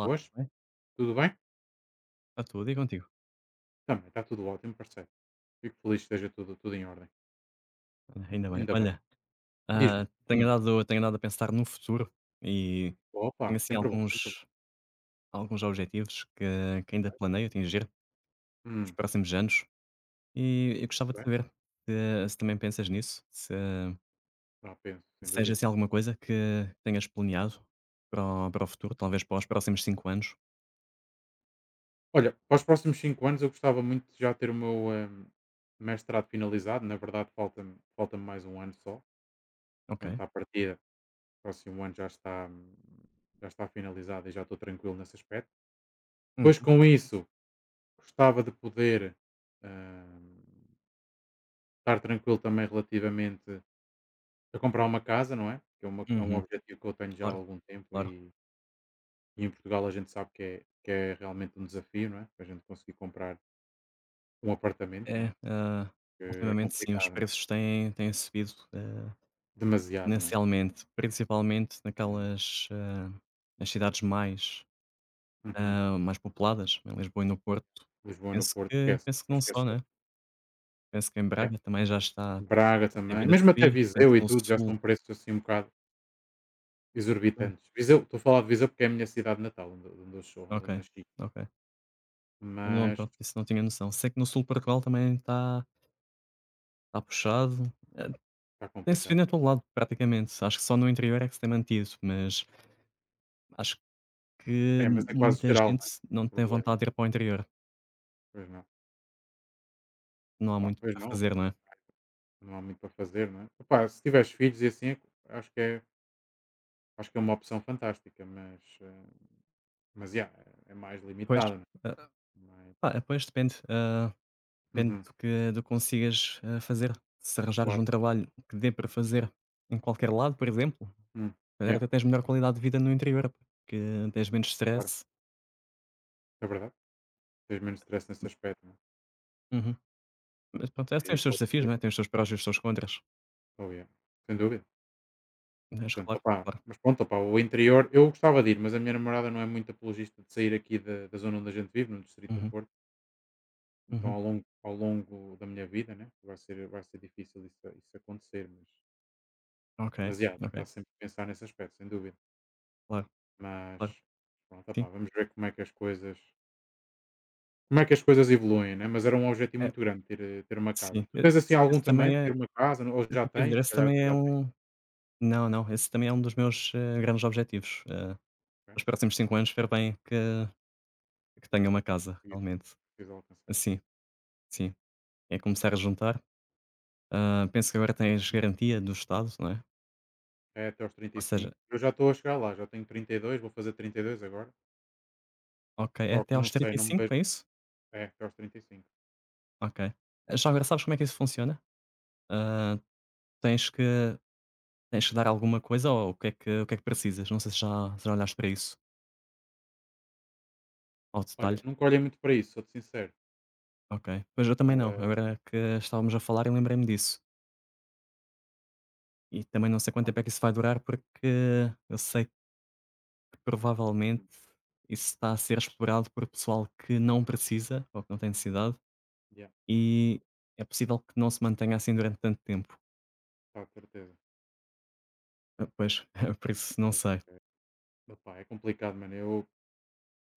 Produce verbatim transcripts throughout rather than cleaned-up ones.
Olá, Hoje, tudo bem? tudo bem? Está tudo e contigo? Também está tudo ótimo, parceiro. Fico feliz que esteja tudo, tudo em ordem. Olha, ainda bem. Ainda bem. Olha, Diz-me. ah, tenho Hum. andado tenho andado a pensar no futuro, e Opa, tenho assim sempre bom, sempre bom. alguns alguns objetivos que que ainda planeio atingir nos Hum. próximos anos, e eu gostava de Bem, saber se se também pensas nisso, se já penso, sem se tens dúvida. assim alguma coisa que tenhas planeado para o para o futuro, talvez para os próximos cinco anos. Olha, para os próximos cinco anos eu gostava muito de já ter o meu hum, mestrado finalizado. Na verdade, falta-me falta mais um ano só. Ok. Portanto, à partida, o próximo ano já está, hum, já está finalizado e já estou tranquilo nesse aspecto. Depois, Uhum, com isso, gostava de poder hum, estar tranquilo também relativamente a comprar uma casa, não é? Que é, uma, é um uhum. objetivo que eu tenho já há Claro, algum tempo claro. e, e em Portugal a gente sabe que é, que é realmente um desafio, não é? A gente conseguir comprar um apartamento, não É, é? ah, Que é ultimamente sim, os complicado, não é? preços têm têm subido, ah Demasiado, não é? inicialmente, principalmente É. naquelas, hã, nas cidades mais, Uhum. hã, mais populadas, em Lisboa e no Porto. Lisboa, no Penso Porto, que esquece, penso que para não só, esquecer. né, penso que em Yeah. Braga também já está, Braga tem também, vindo a mesmo até subir, penso Viseu e que no tudo, já sul, são preços assim um bocado hum, exorbitantes. Viseu, estou a falar de Viseu porque é a minha cidade natal, onde, onde eu sou, onde eu ok, nasci, ok. Não, mas pronto, disso não tinha noção. Sei que no sul de Portugal também está está puxado, eh, está tem complicado. subido a todo lado praticamente, acho que só no interior é que se tem mantido, mas acho que É, mas é quase muita geral, não é? gente não O tem problema. vontade de ir para o interior, Pois não. não há Pá, muito pois para não, pá. fazer, não é? Não há muito para fazer, não é? Epá, se tiveres filhos e assim, acho que é, acho que é uma opção fantástica, mas, eh, mas, yeah, é mais Pois. limitada, né? eh, Mas- Ah, eh, pois depende, ah, depende Uhum, do que do que consigas, ah, fazer. Se arranjares claro. um trabalho que dê para fazer em qualquer lado, por exemplo, se Hum, calhar yeah, até tens melhor qualidade de vida no interior, porque tens menos claro. stress. É verdade. Tens menos stress nesse aspecto, né? Uhum. Mas pronto, esse E tem aí os seus pode desafios, não é? ser. Tem os seus prós e os seus contras. Oh, yeah. Sem dúvida. Mas Portanto, claro, opá, claro. mas pronto, opá, o interior, eu gostava de ir, mas a minha namorada não é muito apologista de sair aqui da, da zona onde a gente vive, no Distrito do Uhum, Porto. Então, uhum. ao longo, ao longo da minha vida, né? Vai, ser, vai ser difícil isso, isso acontecer, mas Ok, Mas, já ok. está sempre a pensar nesse aspecto, sem dúvida. Claro, Mas, claro. pronto, Sim, opá, vamos ver como é que as coisas como é que as coisas evoluem, né? Mas era um objetivo é, muito grande ter, eh, ter uma casa. sim. Tu Esse tens assim algum esse também, também ter é, uma casa, ou eu já ia dizer, tens, se esse calhar também até é já tens, um, não, não, esse também é um dos meus, ah, grandes objetivos. Ah, não é? nos próximos cinco anos espero bem que, Que tenha uma casa, Conseguiste, né? realmente. Precisas alcançar isso. Sim, sim. É começar a juntar. Hã, penso que agora tens garantia do Estado, não é? É até aos Ou seja, trinta e cinco. Eu já estou a chegar lá, já tenho trinta e dois, vou fazer trinta e dois agora. ok, é Só até que não aos sei, não me trinta e cinco, vejo. é isso? É, até aos trinta e cinco. Ok. Ah, já agora sabes como é que isso funciona? Hã, tens que tens que dar alguma coisa ou o que é que o que é que precisas? Não sei se já se já olhaste para isso, ao Olha, detalhe. nunca olhei muito para isso, sou-te sincero. Ok. Pois eu também não, Eh, agora que estávamos a falar eu lembrei-me disso. E também não sei quanto tempo é que isso vai durar, porque eu sei que provavelmente isso está a ser explorado por pessoal que não precisa ou que não tem necessidade, yeah, e é possível que não se mantenha assim durante tanto tempo. tá, de certeza. Ah, Pois, por isso não Pois, sei. é, opá, é complicado, mano. Eu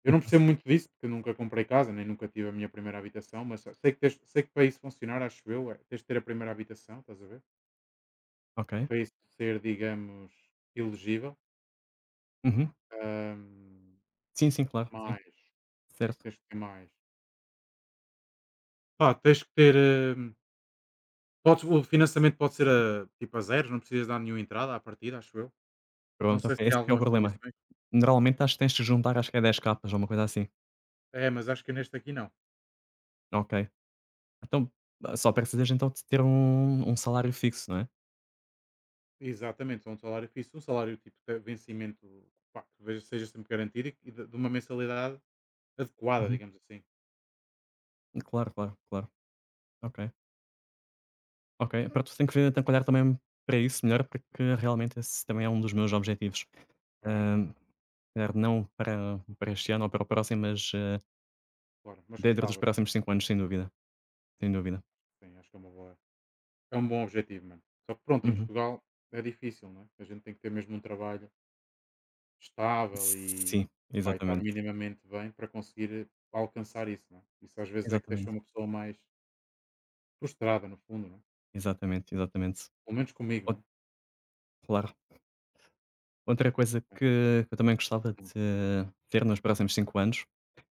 Eu não Hum, percebo muito disso, porque eu nunca comprei casa, nem nunca tive a minha primeira habitação, mas sei que, tens- sei que para isso funcionar, acho eu, é, tens de ter a primeira habitação, estás a ver? Ok. Para isso ser, digamos, elegível. Uhum. Ahm, Sim, sim, claro, sim. mais, o que é que Certo. tens de ter mais? Pá, tens que ter. Ahm, podes- o financiamento pode ser a, tipo a zeros, não precisas dar nenhuma entrada à partida, acho eu. Não Pronto, ok. sei se tem Esse é que é o algumas problema. condições. Normalmente acho que tens de juntar, acho que é dez capas ou uma coisa assim. É, mas acho que neste aqui não. Ok. Então, ah, só precisas então de ter um, um salário fixo, não é? Exatamente, só um salário fixo, um salário tipo de vencimento, pá, que veja- seja sempre garantido e que de, de uma mensalidade adequada, Uhum. digamos assim, Claro, claro, claro. Ok. Ok, pronto, tenho que ver, tenho que olhar também para isso melhor, porque realmente esse também é um dos meus objetivos. não é? Hã, calhar não para para este ano ou para o próximo, mas, eh, Claro, mas dentro gostava. dos próximos cinco anos, sem dúvida, sem dúvida. Sim, acho que é uma boa é um bom objetivo, mano. Só que pronto, em Uhum. Portugal é difícil, não é? A gente tem que ter mesmo um trabalho estável e, Sim, pá, e estar exatamente, minimamente bem para conseguir alcançar isso, não é? Isso às vezes é que deixa exatamente, uma pessoa mais frustrada, no fundo, não é? exatamente, exatamente. Pelo menos comigo, não Ou é? claro. Outra coisa Portanto, que eu também gostava hum, de ter nos próximos cinco anos,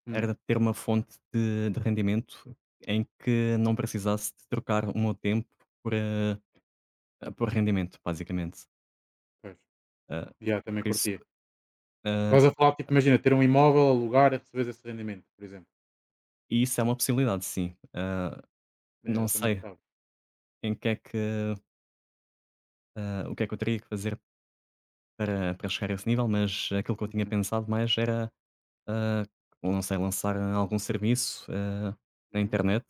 hum, era ter uma fonte de de rendimento em que não precisasse de trocar o meu tempo por, eh, por rendimento, basicamente. pois. Ah, Yeah, também por isso, curtia. ah, Estás a falar, tipo, imagina, ter um imóvel, alugar e receber esse rendimento, por exemplo. e isso é uma possibilidade, sim. Ah, É, não eu também sei gostava. em que é que, ah, o que é que eu teria que fazer para para chegar a esse nível, mas aquilo que eu tinha Uhum, pensado mais era, ah, não sei, lançar algum serviço, ah, na uhum. internet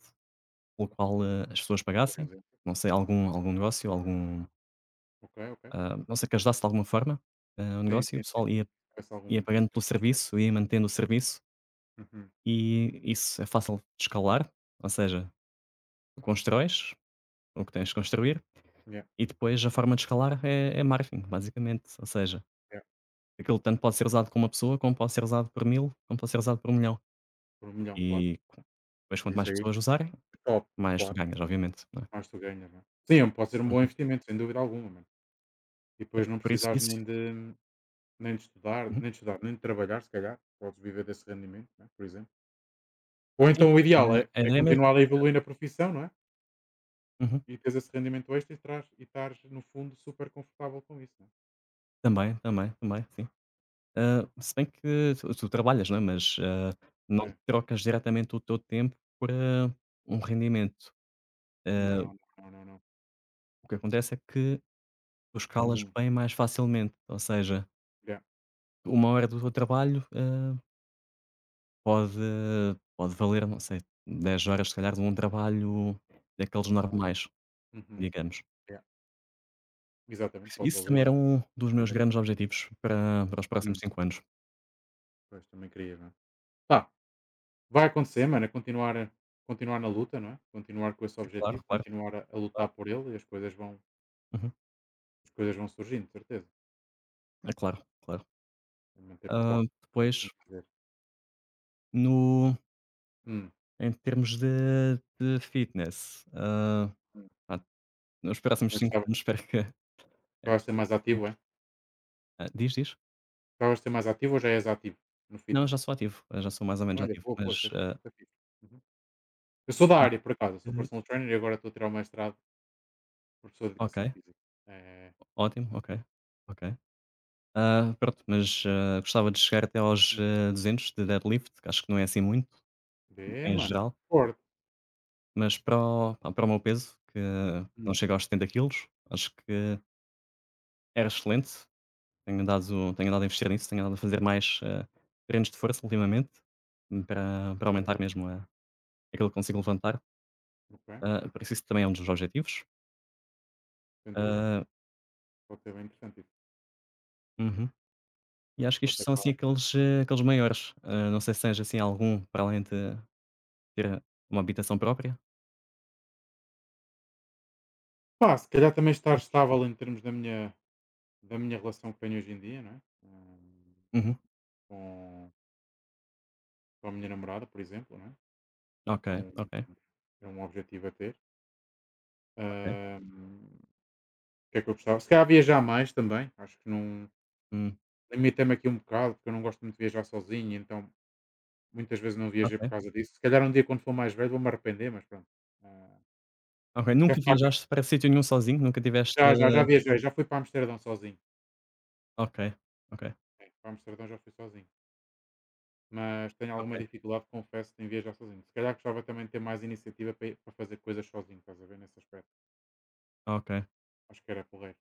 pelo qual, ah, as pessoas Por pagassem, exemplo. não sei, algum algum negócio, algum, Ok, ok. ah, não sei, que ajudasse de alguma forma, ah, o Sim, negócio, e o sim, sim, pessoal sim. ia Parece algum ia pagando benefício pelo nesse aspecto. serviço, ia mantendo o serviço, Uhum. e isso é fácil de escalar, ou seja, tu constróis o que tens de construir. Yeah, E depois a forma de escalar é é marketing, basicamente. Ou seja, yeah. aquilo tanto pode ser usado com uma pessoa, como pode ser usado por mil, como pode ser usado por um milhão. Por um milhão, claro. E depois quanto Isso mais aí pessoas usarem, é top, mais tu claro. ganhas, obviamente, não é? Mais tu ganhas, não é? Sim, é, pode ser um bom Uhum. investimento, sem dúvida alguma, mano. E depois não Por isso precisares isso nem de nem de estudar, uhum, nem de estudar, nem de trabalhar, se calhar. Podes viver desse rendimento, não é? Por exemplo. Ou sim, então o ideal Eh, é, a é ideia é mesmo continuar a é, evoluir na profissão, não é? uhum. E teres esse rendimento extra e traz, e estares, no fundo, super confortável com isso, não é? Também, também, também, sim. Hã, se bem que tu tu trabalhas, não é, mas, hã, não É. trocas diretamente o teu tempo por, hã, um rendimento. Hã, Não, não, não, não. o que acontece é que tu escalas Uhum. bem mais facilmente, ou seja, Yeah, uma hora do teu trabalho, eh, Pode pode valer, não sei, dez horas se calhar de um trabalho daqueles claro. normais, Uhum. digamos. Yeah. Exatamente, pode Isso valer também era isso. um dos É meus uma grandes objetivos para para os próximos dif- cinco anos. Pois, também queria, não é? Pá, vai acontecer, mano, é continuar, a- continuar na luta, não é? Continuar com esse Claro, objetivo, claro, continuar a, a lutar claro. por ele e as coisas vão, Uhum. as coisas vão surgindo, de certeza. É claro, claro. É manter o Hã, foco, como eu depois costumo dizer. no Hum. em termos de de fitness, hã, Hum. pronto, nos próximos Mas cinco gostavas, anos espero que gostavas de antes ser mais disso, mas ativo, é? hã, diz, diz? Gostavas de ser mais ativo ou já és ativo no Não, eu fitness? já sou ativo, eu já sou mais ou menos Olha, ativo, boa, mas, boa, isso é fixe, hã, isso é fixe. Uhum. Eu sou da área, por acaso, eu sou personal trainer e agora estou a tirar o mestrado de professor de ok, educação física. É, ótimo, ok, ok. Ah, pronto, mas, ah, gostava de chegar até aos, hum, ah, duzentos de deadlift, que acho que não é assim muito, vê, em mano, geral, forte. mas para o pá, para o meu peso, que não Hum, chega aos setenta quilos, acho que era excelente. Tenho andado tenho andado a investir nisso, tenho andado a fazer mais, ah, treinos de força ultimamente, para para aumentar mesmo a aquilo que consigo levantar. ok, Ah, por isso isso também é um dos objetivos. sem dúvida, Ah, pode ser bem interessante isso. uhum. E acho que isto Pode são, ser. assim, aqueles, ah, aqueles maiores. Ah, não sei se tens, assim, algum para além de ter uma habitação própria? Pá, se calhar também estar estável em termos da minha, da minha relação que tenho hoje em dia, não é? Hum, Uhum. Com, com a minha namorada, por exemplo, não é? Ok, É um, ok, é um objetivo a ter. ok. Hum, o que é que eu gostava? Se calhar viajar mais também, acho que não. Hum, Limitei-me aqui um bocado, porque eu não gosto muito de viajar sozinho, então muitas vezes não viajei por ok, causa disso. Se calhar um dia, quando for mais velho, vou-me arrepender, mas pronto. Ah, ok. que a Nunca faca- viajaste para sítio nenhum sozinho? Nunca tiveste já, já, já eh, viajei, já fui para Amsterdão sozinho. ok, ok, É, para Amsterdão já fui sozinho, mas tenho ok, alguma dificuldade, confesso, em viajar sozinho. Se calhar gostava também de ter mais iniciativa para, para fazer coisas sozinho, estás a ver, nesse aspecto. ok. Acho que era porreiro.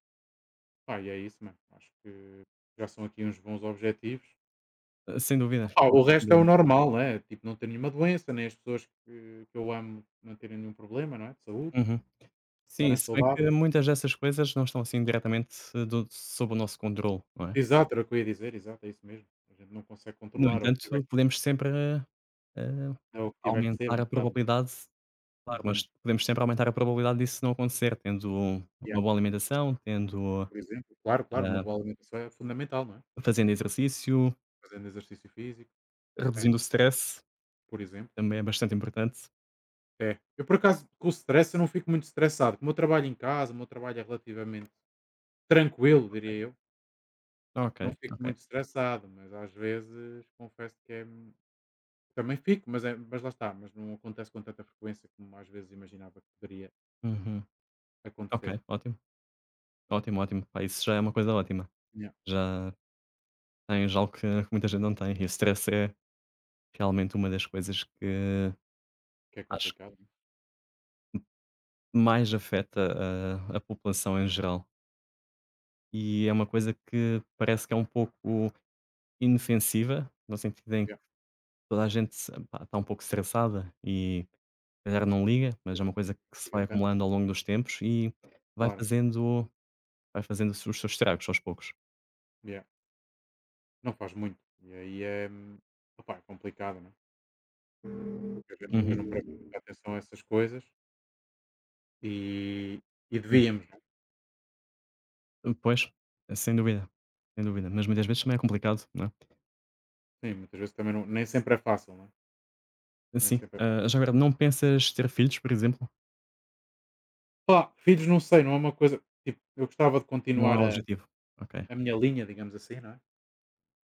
Pá, e é isso, mano. Acho que já são aqui uns bons objetivos. Eh, sem dúvida, Pá, sem o resto é o dúvida. normal, né? Tipo, não ter nenhuma doença, nem as pessoas que, que eu amo não terem nenhum problema, não é? De saúde, Uhum. Sim, estarem se bem que saudáveis. muitas dessas coisas não estão assim diretamente eh, do sob o nosso controle, não é? Exato, era o que eu ia dizer, exato, é isso mesmo. A gente não consegue No controlar, é o que tiver, entanto, que- podemos sempre, eh, é o que tiver que ser, um aumentar a bocado. probabilidade, claro, Uhum. mas podemos sempre aumentar a probabilidade disso não acontecer, tendo Yeah, uma boa alimentação, tendo, por exemplo, claro, claro, uma eh, boa alimentação é fundamental, não é? fazendo exercício, Fazendo exercício físico, é, reduzindo o stress, por exemplo. também é bastante importante. É. Eu, por acaso, com o stress, eu não fico muito estressado. Como eu trabalho em casa, o meu trabalho é relativamente tranquilo, diria eu. Ok, Não fico ok. muito estressado, mas às vezes confesso que é. Também fico, mas, é, mas lá está. Mas não acontece com tanta frequência como às vezes imaginava que poderia Uhum. Ok, acontecer. ótimo. Ótimo, ótimo. Pá, isso já é uma coisa ótima. Yeah. Já tens algo que que muita gente não tem. E o stress é realmente uma das coisas que Que é acho que complicado, né? mais afeta a, a população em geral. E é uma coisa que parece que é um pouco inofensiva, no sentido em que Yeah. toda a gente está um pouco estressada e se calhar não liga, Não mas é uma coisa que se fica vai tanto, acumulando ao longo dos tempos e vai claro. fazendo, vai fazendo os seus estragos aos poucos. Yeah. Não faz muito. E aí é. Opa, é complicado, né? Porque a gente depois não Uhum. presta muita atenção a essas coisas e, e devíamos, né? Pois, sem dúvida, sem dúvida, mas muitas vezes também é complicado, não é? Sim, muitas vezes também não- nem sempre é fácil, né? Nem Assim, sempre é ah, fácil. já agora não pensas ter filhos, por exemplo? Pá, filhos não sei, não é uma coisa. Tipo, eu gostava de Não é continuar, o Uhum, a objetivo? Ok. a minha linha, digamos assim, não é?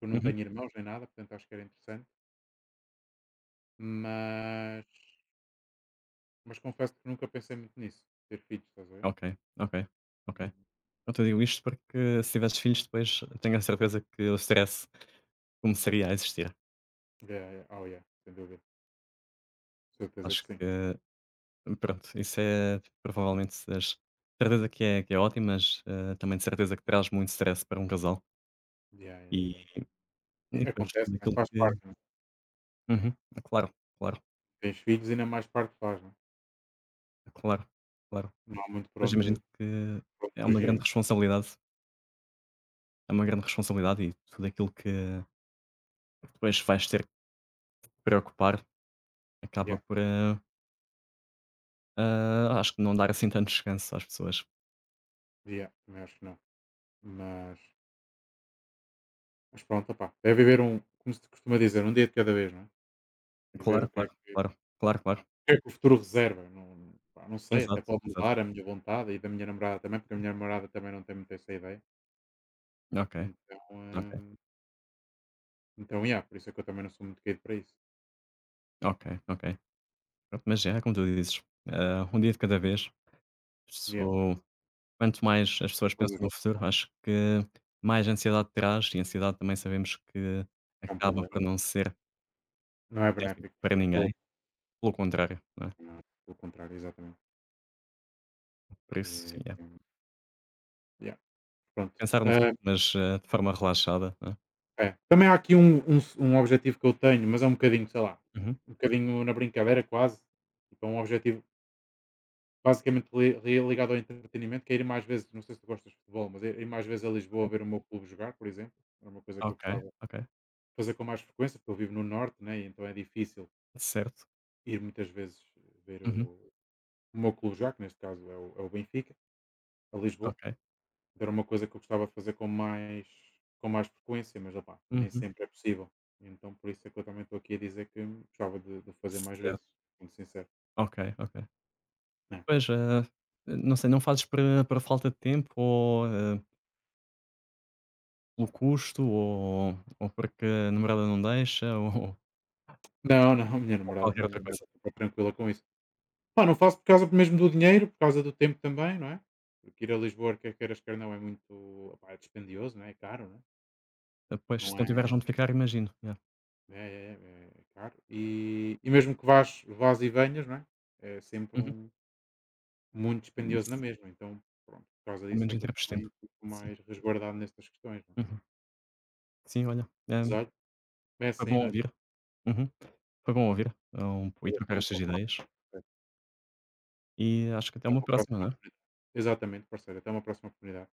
Eu não Uhum. tenho irmãos nem nada, portanto acho que era interessante, mas mas confesso que nunca pensei muito nisso, ter filhos, estás a ver? Ok, ok, ok. Então, eu te digo isto porque se tivesses filhos depois tenho a certeza que o stress começaria a existir. Yeah, yeah. Oh, yeah, sem dúvida. Certeza que Acho sim. que, pronto, isso é provavelmente das, certeza que é que é ótimo, mas, ah, também de certeza que traz muito stress para um casal, Yeah, yeah, yeah, e yeah. e E depois acontece, tudo né? aquilo Faz que, parte, né? uhum, é claro, claro, Tens filhos, ainda mais parte faz, né? é claro, claro. Não há muito por Mas imagino onde, que por onde é uma grande fugir. responsabilidade, é uma grande responsabilidade, e tudo aquilo que que depois vais ter que te preocupar, acaba Yeah, por, eh, ah, acho que não dar assim tanto descanso às pessoas. yeah, também acho que não. Mas, mas pronto, opá, é viver um, como se costuma dizer, um dia de cada vez, não é? E ver Claro, o que é claro, que claro, claro, claro. O que é que o futuro reserva. Não pá, não sei, até Exato, pode exato. mudar a minha vontade e da minha namorada também, porque a minha namorada também não tem muito essa ideia. Ok, Então, ok, hum, então, yeah, por isso é que eu também não sou muito caído para isso. ok, ok. Pronto, mas é como tu dizes, ah, um dia de cada vez. Yeah, Sou quanto mais as pessoas coisas pensam vão no futuro, acho que mais ansiedade traz, e ansiedade também sabemos que é um acaba por problema. não ser Não é benéfico benéfico para de todo, ninguém, pelo contrário, não é? não é? Pelo contrário, exatamente. Por isso, Eh, sim, é. yeah, pronto. Pensar no Ah, futuro, mas, eh, de forma relaxada, não é? é. Também há aqui um, um um objetivo que eu tenho, mas é um bocadinho, sei lá, Uhum. um bocadinho na brincadeira quase. Tipo, é um objetivo, basicamente li li ligado ao entretenimento, que é ir mais vezes, não sei se tu gostas de futebol, mas ir ir mais vezes a Lisboa Ok, ver o meu clube jogar, por exemplo, era uma coisa que eu ok, gostava de ok. fazer com mais frequência, porque eu vivo no norte, né, e então é difícil Certo. ir muitas vezes ver Uhum. o o meu clube jogar, que neste caso é o é o Benfica, a Lisboa. Ok. Então era uma coisa que eu gostava de fazer com mais com mais frequência, mas opá, nem Uhum. sempre é possível. Então por isso é que eu também estou aqui a dizer que gostava de de fazer mais Certo. vezes, muito sincero. Ok, ok. É. Pois, eh, não sei, não fazes por eh, por falta de tempo, ou, eh, pelo custo, ou ou porque a namorada não deixa, ou Não, não, a minha ou namorada qualquer não outra é coisa? nada tranquila com isso. Pá, não faço por causa mesmo do dinheiro, por causa do tempo também, não é? Porque ir a Lisboa, quer queiras, quer não, é muito. Opá, é dispendioso, não é? É caro, não é? Eh, Pois, se Não não é. tiveres onde ficar, imagino. Yeah. É, é, é- é caro. E, e mesmo que vás, vás e venhas, não é? É sempre Uhum. um, muito dispendioso na Isso, mesma. Então, pronto, por causa pelo disso é menos em que eu termos de também tempo. fico Sim. mais resguardado nestas questões, não é? Uhum. Sim, olha, eh, Mas olha, é foi assim, bom não é? ouvir. Uhum. Foi bom ouvir, hum, e Olha, foi trocar muito estas bom falar ideias. com você. E acho que até Até uma uma próxima, próxima. né? Exatamente, parceiro. Até uma próxima oportunidade.